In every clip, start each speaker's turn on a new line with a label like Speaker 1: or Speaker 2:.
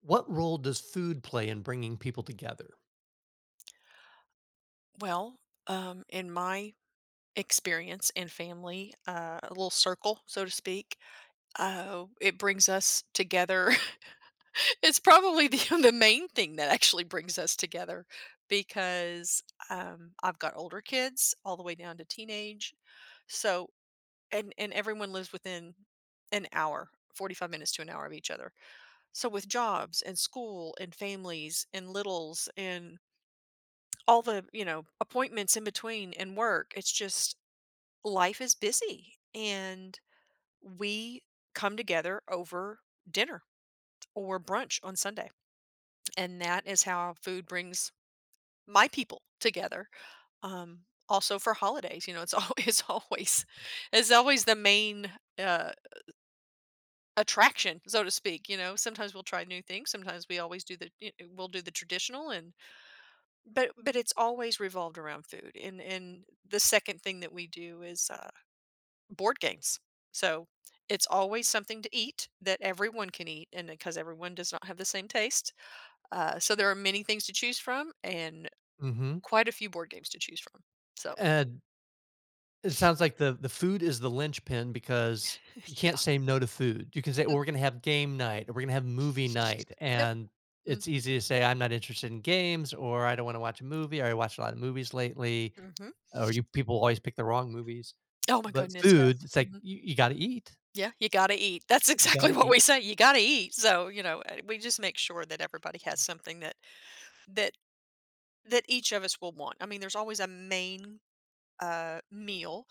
Speaker 1: What role does food play in bringing people together?
Speaker 2: Well, in my experience and family, a little circle, so to speak, it brings us together. It's probably the main thing that actually brings us together because I've got older kids all the way down to teenage. So, and everyone lives within an hour, 45 minutes to an hour of each other. So, with jobs and school and families and littles and all the appointments in between and work. It's just life is busy and we come together over dinner or brunch on Sunday. And that is how food brings my people together. Um Also for holidays, you know, it's always it's always the main uh attraction, so to speak, you know. Sometimes we'll try new things, sometimes we'll do the traditional and but it's always revolved around food, and the second thing that we do is board games. So it's always something to eat that everyone can eat, and because everyone does not have the same taste, so there are many things to choose from, and
Speaker 1: Mhm.
Speaker 2: quite a few board games to choose from. So
Speaker 1: And it sounds like the food is the linchpin because you can't
Speaker 2: yeah,
Speaker 1: say no to food. You can say, "Well, we're gonna have game night, or we're gonna have movie night,"
Speaker 2: yep.
Speaker 1: and
Speaker 2: Mhm.
Speaker 1: it's easy to say, "I'm not interested in games," or "I don't wanna watch a movie," or "I watched a lot of movies lately,"
Speaker 2: Mhm.
Speaker 1: or you people always pick the wrong movies.
Speaker 2: Oh my
Speaker 1: But
Speaker 2: goodness,
Speaker 1: food,
Speaker 2: yes.
Speaker 1: it's like,
Speaker 2: Mhm.
Speaker 1: you gotta eat.
Speaker 2: Yeah, you gotta eat. That's
Speaker 1: You
Speaker 2: exactly
Speaker 1: gotta
Speaker 2: what
Speaker 1: eat.
Speaker 2: we say. You gotta eat. So we just make sure that everybody has something that that each of us will want. I mean, there's always a main meal.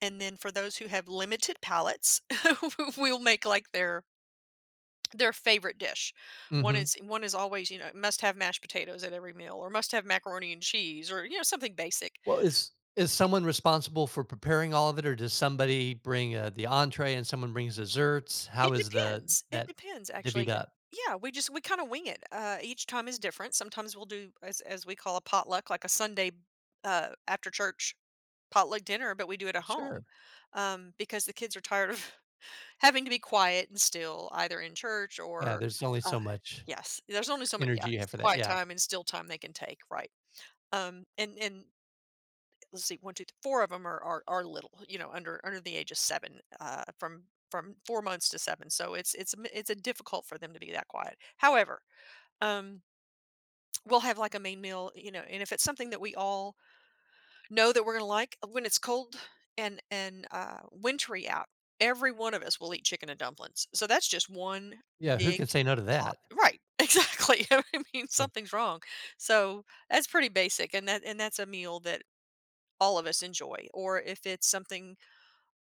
Speaker 2: And then for those who have limited palates, we'll make, like, their favorite dish. One Mhm.
Speaker 1: Mhm.
Speaker 2: is one is always, you know, must have mashed potatoes at every meal or must have macaroni and cheese or, you know, something basic.
Speaker 1: Well, is someone responsible for preparing all of it, or does somebody bring, the entree and someone brings desserts? How
Speaker 2: It
Speaker 1: is the
Speaker 2: depends. It
Speaker 1: that
Speaker 2: depends,
Speaker 1: divvied
Speaker 2: actually.
Speaker 1: up?
Speaker 2: Yeah, we kinda wing it. Each time is different. Sometimes we'll do as we call a potluck, like a Sunday, after church potluck dinner, but we do it at home,
Speaker 1: Sure.
Speaker 2: because the kids are tired of having to be quiet and still, either in church
Speaker 1: Yeah,
Speaker 2: or,
Speaker 1: there's only
Speaker 2: uh
Speaker 1: so much
Speaker 2: yes, there's only so much yeah,
Speaker 1: energy you
Speaker 2: it's
Speaker 1: have for that,
Speaker 2: quiet
Speaker 1: yeah.
Speaker 2: time and still time they can take, right. And Let's see, 1, 2, 4 of 'em are little, you know, under the age of 7, from 4 months to 7, so it's difficult for them to be that quiet. However, um, we'll have, like, a main meal, you know, and if it's something that we all know that we're gonna like, when it's cold and wintry out, every one of us will eat chicken and dumplings. So that's just one
Speaker 1: Yeah, who
Speaker 2: big
Speaker 1: can say no to
Speaker 2: pot.
Speaker 1: that?
Speaker 2: Right. Exactly. I mean,
Speaker 1: Yeah.
Speaker 2: something's wrong. So that's pretty basic, and that's a meal that all of us enjoy. Or if it's something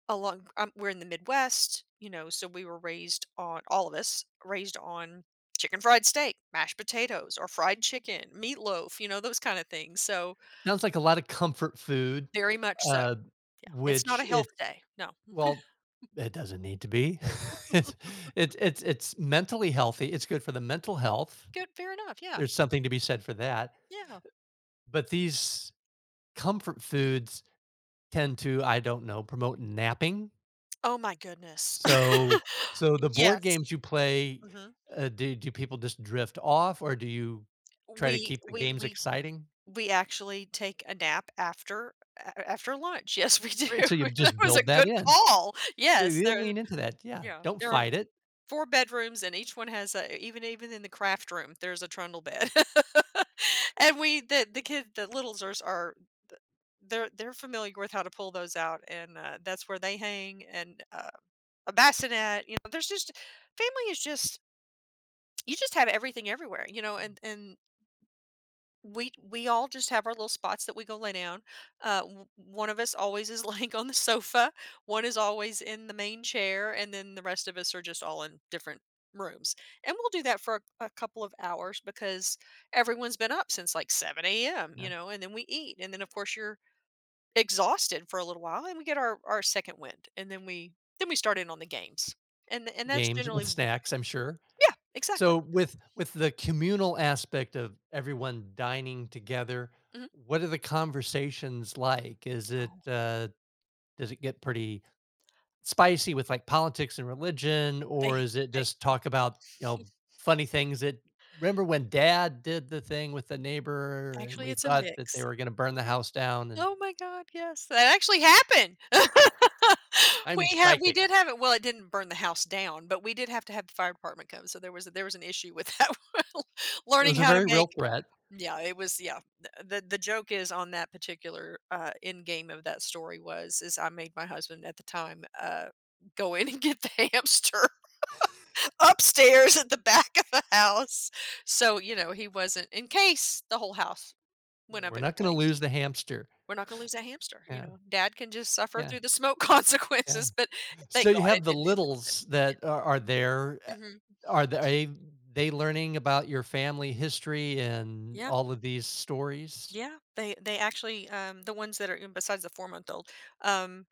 Speaker 2: along, we're in the Midwest, you know, so we were raised on all of us raised on chicken fried steak, mashed potatoes, or fried chicken, meatloaf, you know, those kind of things. So
Speaker 1: Sounds like a lot of comfort food,
Speaker 2: very much so.
Speaker 1: uh,
Speaker 2: Yeah, it's not a
Speaker 1: which it
Speaker 2: health day. No.
Speaker 1: well, it doesn't need to be. It's it's mentally healthy, it's good for the mental health,
Speaker 2: Good. Fair enough. Yeah.
Speaker 1: there's something to be said for that,
Speaker 2: Yeah.
Speaker 1: but these comfort foods tend to, I don't know, promote napping.
Speaker 2: Oh my goodness.
Speaker 1: So so the board
Speaker 2: Yes.
Speaker 1: games you play,
Speaker 2: hmm
Speaker 1: do people just drift off, or do you try to
Speaker 2: We
Speaker 1: keep the
Speaker 2: we
Speaker 1: games
Speaker 2: we
Speaker 1: exciting?
Speaker 2: we actually take a nap after a after lunch. Yes, we do.
Speaker 1: Right, so you
Speaker 2: That
Speaker 1: just
Speaker 2: was a
Speaker 1: build that
Speaker 2: good
Speaker 1: in.
Speaker 2: call.
Speaker 1: They
Speaker 2: Yes,
Speaker 1: they'll
Speaker 2: there
Speaker 1: lean into that, yeah,
Speaker 2: Yeah,
Speaker 1: don't
Speaker 2: there are
Speaker 1: fight it.
Speaker 2: 4 bedrooms and each one has a even in the craft room, there's a trundle bed. And we the kid the littlesers are they're familiar with how to pull those out, and, that's where they hang, and, a bassinet, you know, there's just family is just you just have everything everywhere, you know, and we all just have our little spots that we go lay down. One of us always is laying on the sofa. One is always in the main chair, and then the rest of us are just all in different rooms. And we'll do that for a couple of hours because everyone's been up since like 7 a.m. You
Speaker 1: Yeah,
Speaker 2: know, and then we eat, and then of course you're exhausted for a little while, and we get our second wind, and then we start in on the games, and that's
Speaker 1: games
Speaker 2: generally
Speaker 1: with snacks, I'm sure.
Speaker 2: yeah,
Speaker 1: So
Speaker 2: exactly.
Speaker 1: with the communal aspect of everyone dining together,
Speaker 2: hmm
Speaker 1: what are the conversations like? Is it,
Speaker 2: Oh,
Speaker 1: does it get pretty spicy with like politics and religion, or
Speaker 2: they
Speaker 1: is it
Speaker 2: they
Speaker 1: just talk about, you know, funny things that, remember when Dad did the thing with the neighbor and
Speaker 2: actually
Speaker 1: we
Speaker 2: it's a
Speaker 1: thought that they
Speaker 2: mix.
Speaker 1: were going to burn the house down? And
Speaker 2: Oh my god, yes. That actually happened.
Speaker 1: I'm
Speaker 2: We
Speaker 1: psychic.
Speaker 2: did have it well, it didn't burn the house down, but we did have to have the fire department come, so there was an issue with that.
Speaker 1: It
Speaker 2: Learning
Speaker 1: was a
Speaker 2: how to
Speaker 1: very
Speaker 2: make
Speaker 1: real threat.
Speaker 2: yeah, it was, yeah. The joke is on that particular, end game of that story was is I made my husband at the time, go in and get the hamster upstairs at the back of the house. So, you know, he wasn't in case the whole house
Speaker 1: Yeah,
Speaker 2: went up
Speaker 1: we're
Speaker 2: in
Speaker 1: not going to
Speaker 2: flames.
Speaker 1: lose the hamster.
Speaker 2: We're not gonna lose that hamster, you
Speaker 1: Yeah,
Speaker 2: know, dad can just suffer
Speaker 1: yeah,
Speaker 2: through the smoke
Speaker 1: yeah.
Speaker 2: consequences, but
Speaker 1: So
Speaker 2: thank God
Speaker 1: you
Speaker 2: it
Speaker 1: have the
Speaker 2: didn't end
Speaker 1: littles
Speaker 2: it.
Speaker 1: that are there.
Speaker 2: Mhm.
Speaker 1: Are they learning about your family history and
Speaker 2: Yeah,
Speaker 1: all of these stories?
Speaker 2: yeah, they actually, the ones that are besides the four-month-old, um,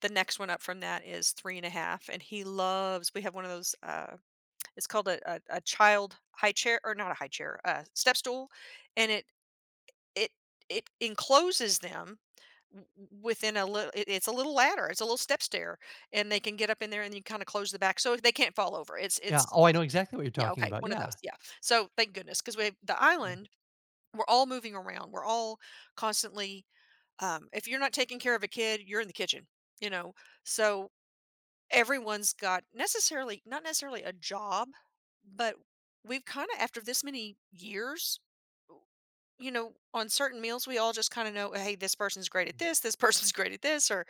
Speaker 2: the next one up from that is three and a half, and he loves we have one of those, it's called a child high chair, or not a high chair, a step stool, and it it encloses them w- within a little it's a little ladder, it's a little step stair, and they can get up in there and you kind of close the back so they can't fall over.
Speaker 1: Yeah.
Speaker 2: It's
Speaker 1: Oh, I know exactly what you're
Speaker 2: Yeah,
Speaker 1: talking
Speaker 2: okay,
Speaker 1: about.
Speaker 2: one of
Speaker 1: Yeah.
Speaker 2: those, yeah. So thank goodness, because we have the island, we're all moving around, we're all constantly, if you're not taking care of a kid you're in the kitchen, you know, so everyone's got necessarily not necessarily a job, but we've kind of after this many years, you know, on certain meals, we all just kind of know, hey, this person's great at this, this person's great at this, or,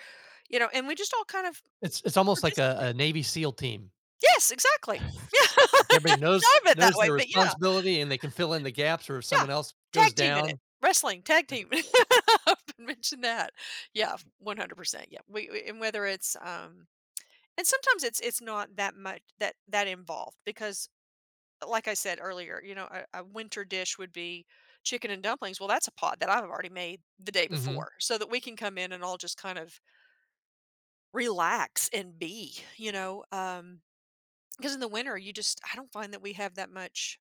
Speaker 2: you know, and we just all kind of
Speaker 1: It's almost like
Speaker 2: participate.
Speaker 1: a Navy SEAL team.
Speaker 2: Yes, exactly. Yeah. I had thought
Speaker 1: Everybody knows
Speaker 2: of it that
Speaker 1: knows
Speaker 2: way,
Speaker 1: their
Speaker 2: but yeah,
Speaker 1: responsibility, and they can fill in the gaps, or if
Speaker 2: yeah.
Speaker 1: someone else goes
Speaker 2: Tag team in it.
Speaker 1: down.
Speaker 2: Wrestling, tag
Speaker 1: Yeah,
Speaker 2: team. I often mention that. Yeah, 100%. Yeah. And whether it's, and sometimes it's not that much that involved because like I said earlier, you know, a winter dish would be chicken and dumplings. Well, that's a pot that I've already made the day
Speaker 1: mhm,
Speaker 2: before, so that we can come in and all just kind of relax and be, you know, because in the winter you just I don't find that we have that much.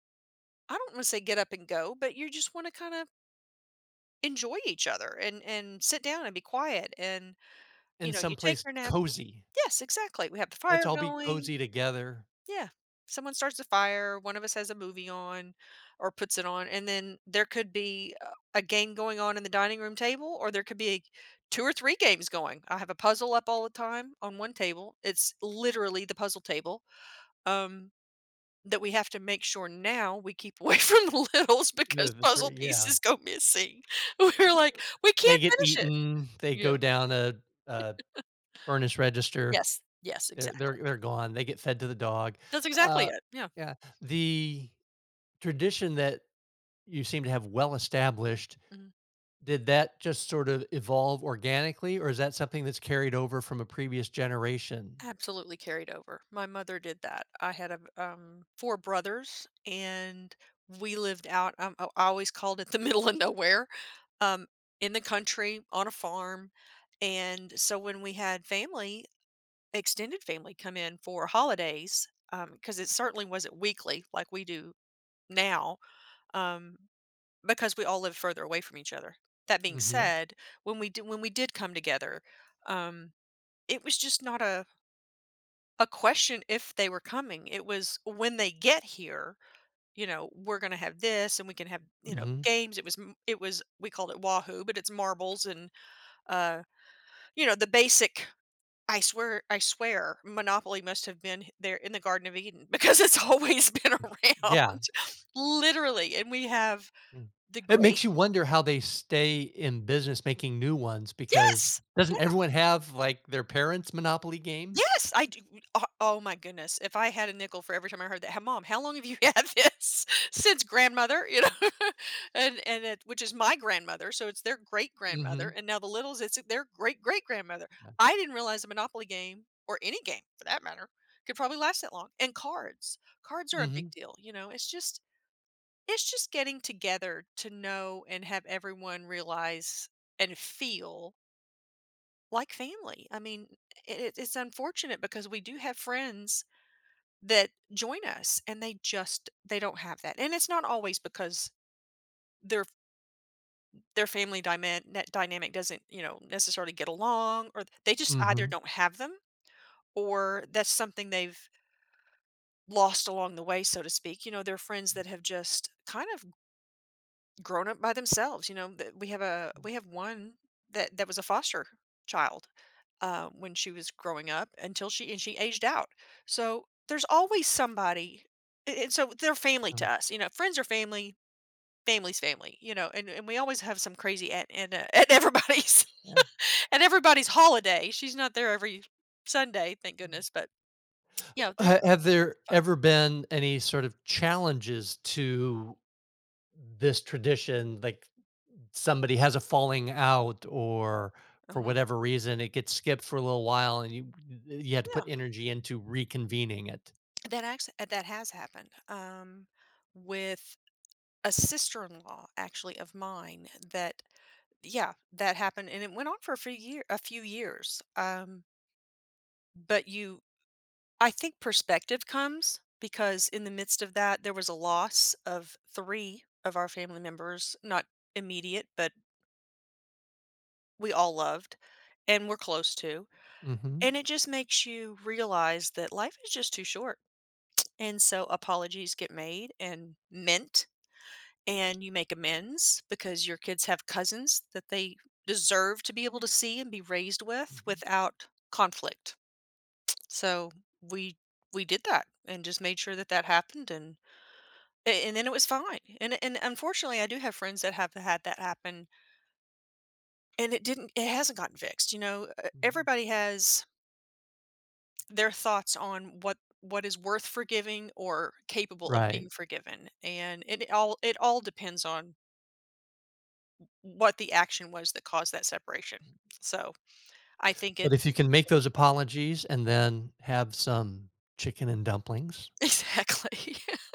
Speaker 2: I don't want to say get up and go, but you just want to kind of enjoy each other and sit down and be quiet and you
Speaker 1: and
Speaker 2: know you take
Speaker 1: someplace
Speaker 2: your nap. Yeah.
Speaker 1: cozy.
Speaker 2: Yes, exactly. We have the
Speaker 1: Let's
Speaker 2: fire
Speaker 1: all be
Speaker 2: going.
Speaker 1: cozy together.
Speaker 2: Yeah. Someone starts a fire, one of us has a movie on or puts it on, and then there could be a game going on in the dining room table, or there could be 2 or 3 games going. I have a puzzle up all the time on one table. It's literally the puzzle table, um, that we have to make sure now we keep away from the littles because
Speaker 1: The the
Speaker 2: puzzle
Speaker 1: 3 Yeah.
Speaker 2: pieces go missing. We're like, "We
Speaker 1: They
Speaker 2: can't
Speaker 1: get
Speaker 2: finish it."
Speaker 1: eaten, they
Speaker 2: Yeah.
Speaker 1: go down a furnace register,
Speaker 2: Yes. Yes,
Speaker 1: they're
Speaker 2: exactly.
Speaker 1: they're they're gone, they get fed to the dog.
Speaker 2: That's exactly
Speaker 1: Uh,
Speaker 2: it. Yeah.
Speaker 1: yeah, the tradition that you seem to have well established,
Speaker 2: Mhm.
Speaker 1: did that just sort of evolve organically, or is that something that's carried over from a previous generation?
Speaker 2: Absolutely carried over. My mother did that. I had a, 4 brothers, and we lived out I always called it the middle of nowhere, um, in the country, on a farm, and so when we had family, extended family come in for holidays, because it certainly wasn't weekly like we do now, um, because we all lived further away from each other. That being Right.
Speaker 1: Mhm,
Speaker 2: said, when we did come together, um, it was just not a question if they were coming. It was when they get here, you know, we're going to have this and we can have, you know,
Speaker 1: mhm.
Speaker 2: games. It was, it was, we called it Wahoo, but it's marbles and, uh, you know, the basic, I swear, Monopoly must have been there in the Garden of Eden because it's always been around,
Speaker 1: Yeah,
Speaker 2: literally. And we have
Speaker 1: mm.
Speaker 2: the
Speaker 1: It
Speaker 2: great,
Speaker 1: makes you wonder how they stay in business making new ones because
Speaker 2: yes,
Speaker 1: doesn't
Speaker 2: yes,
Speaker 1: everyone have, like, their parents' Monopoly game?
Speaker 2: yes, I do. Oh, oh my goodness. If I had a nickel for every time I heard that, "Hey, mom, how long have you had this?" Since grandmother, you know, and it, which is my grandmother, so it's their great grandmother,
Speaker 1: Mhm,
Speaker 2: and now the littles, it's their great great grandmother.
Speaker 1: yeah.
Speaker 2: I didn't realize a Monopoly game or any game for that matter could probably last that long. And cards are a big
Speaker 1: Mhm,
Speaker 2: deal. You know, it's just getting together to know and have everyone realize and feel like family. I mean, it's unfortunate because we do have friends that join us and they just they don't have that. And it's not always because their their family dyma- net dynamic doesn't, you know, necessarily get along, or they just either
Speaker 1: mhm,
Speaker 2: don't have them, or that's something they've lost along the way, so to speak. You know, they're friends that have just kind of grown up by themselves, you know. That We have one that was a foster child when she was growing up until she aged out. So there's always somebody, a- and so they're family
Speaker 1: uh,
Speaker 2: to us. You know, friends are family, family's family. You know, and we always have some crazy aunt and at everybody's
Speaker 1: yeah.
Speaker 2: at everybody's holiday. She's not there every Sunday, thank goodness. But you know, there's
Speaker 1: Ha Have
Speaker 2: makes
Speaker 1: there
Speaker 2: fun.
Speaker 1: ever been any sort of challenges to this tradition, like somebody has a falling out or for
Speaker 2: Uh-huh.
Speaker 1: whatever reason it gets skipped for a little while and you had to put
Speaker 2: Yeah.
Speaker 1: energy into reconvening it.
Speaker 2: That has happened. With a sister-in-law actually of mine, that yeah, that happened and it went on for a few years, but you, I think perspective comes because in the midst of that there was a loss of 3 of our family members, not immediate, but we all loved and were close to.
Speaker 1: Mhm.
Speaker 2: And it just makes you realize that life is just too short, and so apologies get made and meant, and you make amends because your kids have cousins that they deserve to be able to see and be raised with
Speaker 1: Mhm,
Speaker 2: without conflict. So we we did that and just made sure that that happened, and then it was fine. And unfortunately, I do have friends that have had that happen and it hasn't gotten fixed. You know,
Speaker 1: mhm.
Speaker 2: everybody has their thoughts on what is worth forgiving or capable, yeah, of
Speaker 1: Right.
Speaker 2: being forgiven, and it all depends on what the action was that caused that separation. So, I think
Speaker 1: But if you
Speaker 2: it's
Speaker 1: can make those apologies and then have some chicken and dumplings,
Speaker 2: exactly.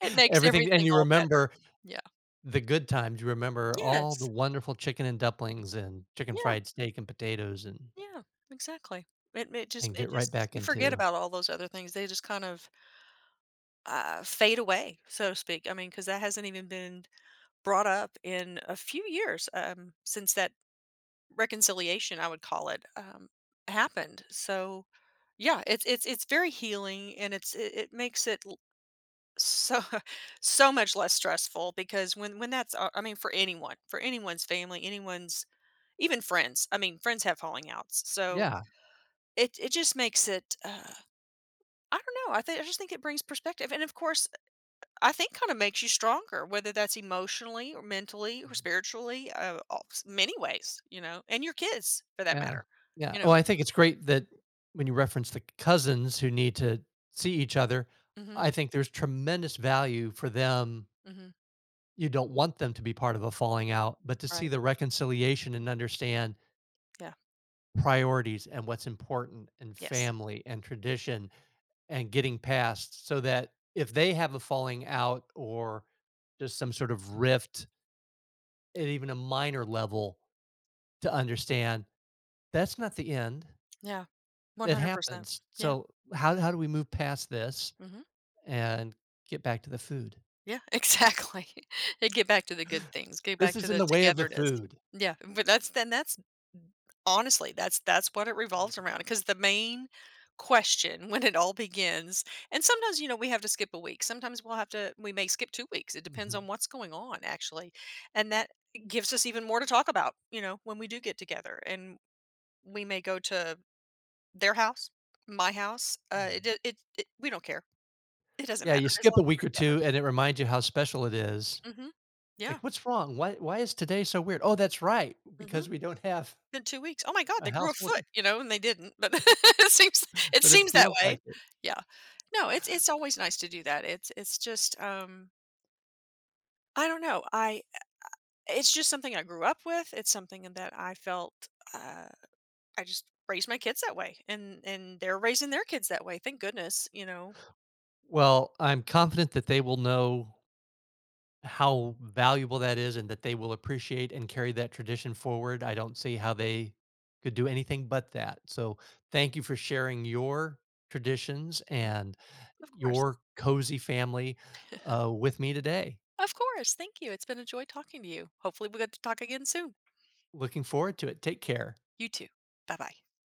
Speaker 2: It makes
Speaker 1: everything, and
Speaker 2: everything
Speaker 1: you
Speaker 2: all better.
Speaker 1: remember
Speaker 2: Yeah.
Speaker 1: the good times, you remember all the
Speaker 2: Yes.
Speaker 1: wonderful chicken and dumplings and chicken
Speaker 2: Yeah,
Speaker 1: fried steak and potatoes,
Speaker 2: yeah, exactly. It it just
Speaker 1: and
Speaker 2: it
Speaker 1: get right
Speaker 2: just
Speaker 1: back
Speaker 2: you forget
Speaker 1: into.
Speaker 2: about all those other things. They just kind of, fade away, so to speak. I mean, because that hasn't even been brought up in a few years, since that reconciliation, I would call it, happened. So, yeah, it's very healing, and it makes it so so much less stressful because when that's I mean, for anyone's family, anyone's, even friends, I mean, friends have falling outs, so
Speaker 1: Yeah.
Speaker 2: it just makes it, I don't know, I just think it brings perspective, and of course I think kind of makes you stronger, whether that's emotionally or mentally or spiritually, many ways, you know, and your kids for that
Speaker 1: Yeah.
Speaker 2: matter.
Speaker 1: Yeah.
Speaker 2: You
Speaker 1: Well,
Speaker 2: know.
Speaker 1: I think it's great that when you reference the cousins who need to see each other,
Speaker 2: Mhm.
Speaker 1: I think there's tremendous value for them.
Speaker 2: Mhm.
Speaker 1: You don't want them to be part of a falling out, but to see
Speaker 2: Right.
Speaker 1: the reconciliation and understand
Speaker 2: Yeah.
Speaker 1: priorities and what's important and
Speaker 2: Yes.
Speaker 1: family and tradition and getting past, so that if they have a falling out or just some sort of rift at even a minor level, to understand that's not the end.
Speaker 2: Yeah.
Speaker 1: It
Speaker 2: 100%.
Speaker 1: happens.
Speaker 2: Yeah.
Speaker 1: So how do we move past this
Speaker 2: Mhm.
Speaker 1: and get back to the food?
Speaker 2: Yeah, exactly. They get back to the good things, get back
Speaker 1: This
Speaker 2: to
Speaker 1: is in
Speaker 2: the
Speaker 1: the way of the
Speaker 2: togetherness.
Speaker 1: food.
Speaker 2: Yeah, but that's honestly, that's what it revolves
Speaker 1: Mhm,
Speaker 2: around, because the main question when it all begins, and sometimes, you know, we have to skip a week, sometimes we'll have to we may skip 2 weeks, it depends
Speaker 1: mhm,
Speaker 2: on what's going on actually, and that gives us even more to talk about, you know, when we do get together. And we may go to their house, my house, uh it
Speaker 1: mhm.
Speaker 2: it, it, it we don't care, it doesn't
Speaker 1: Yeah,
Speaker 2: matter
Speaker 1: you
Speaker 2: as
Speaker 1: skip
Speaker 2: long
Speaker 1: a
Speaker 2: as
Speaker 1: week or
Speaker 2: we're
Speaker 1: 2 and it reminds you how special it is.
Speaker 2: together. Mhm. Yeah.
Speaker 1: Like, "What's wrong? Why is today so weird?" "Oh, that's right,
Speaker 2: Mhm.
Speaker 1: because we don't have
Speaker 2: In 2 weeks. Oh my god,
Speaker 1: a
Speaker 2: they grew a
Speaker 1: house full of"
Speaker 2: foot,
Speaker 1: people,
Speaker 2: you know, and they didn't, but it seems it
Speaker 1: but it
Speaker 2: seems that
Speaker 1: feels
Speaker 2: way.
Speaker 1: like it.
Speaker 2: Yeah. No, it's always nice to do that. It's just, I don't know, I, it's just something I grew up with. It's something that I felt, uh, I just raised my kids that way, and they're raising their kids that way, thank goodness, you know.
Speaker 1: Well, I'm confident that they will know how valuable that is and that they will appreciate and carry that tradition forward. I don't see how they could do anything but that. So, thank you for sharing your traditions
Speaker 2: Mhm,
Speaker 1: and
Speaker 2: of course.
Speaker 1: your cozy family, with me today.
Speaker 2: Of course, thank you, it's been a joy talking to you. Hopefully, we get to talk again soon.
Speaker 1: Looking forward to it. Take care.
Speaker 2: You too. Bye-bye.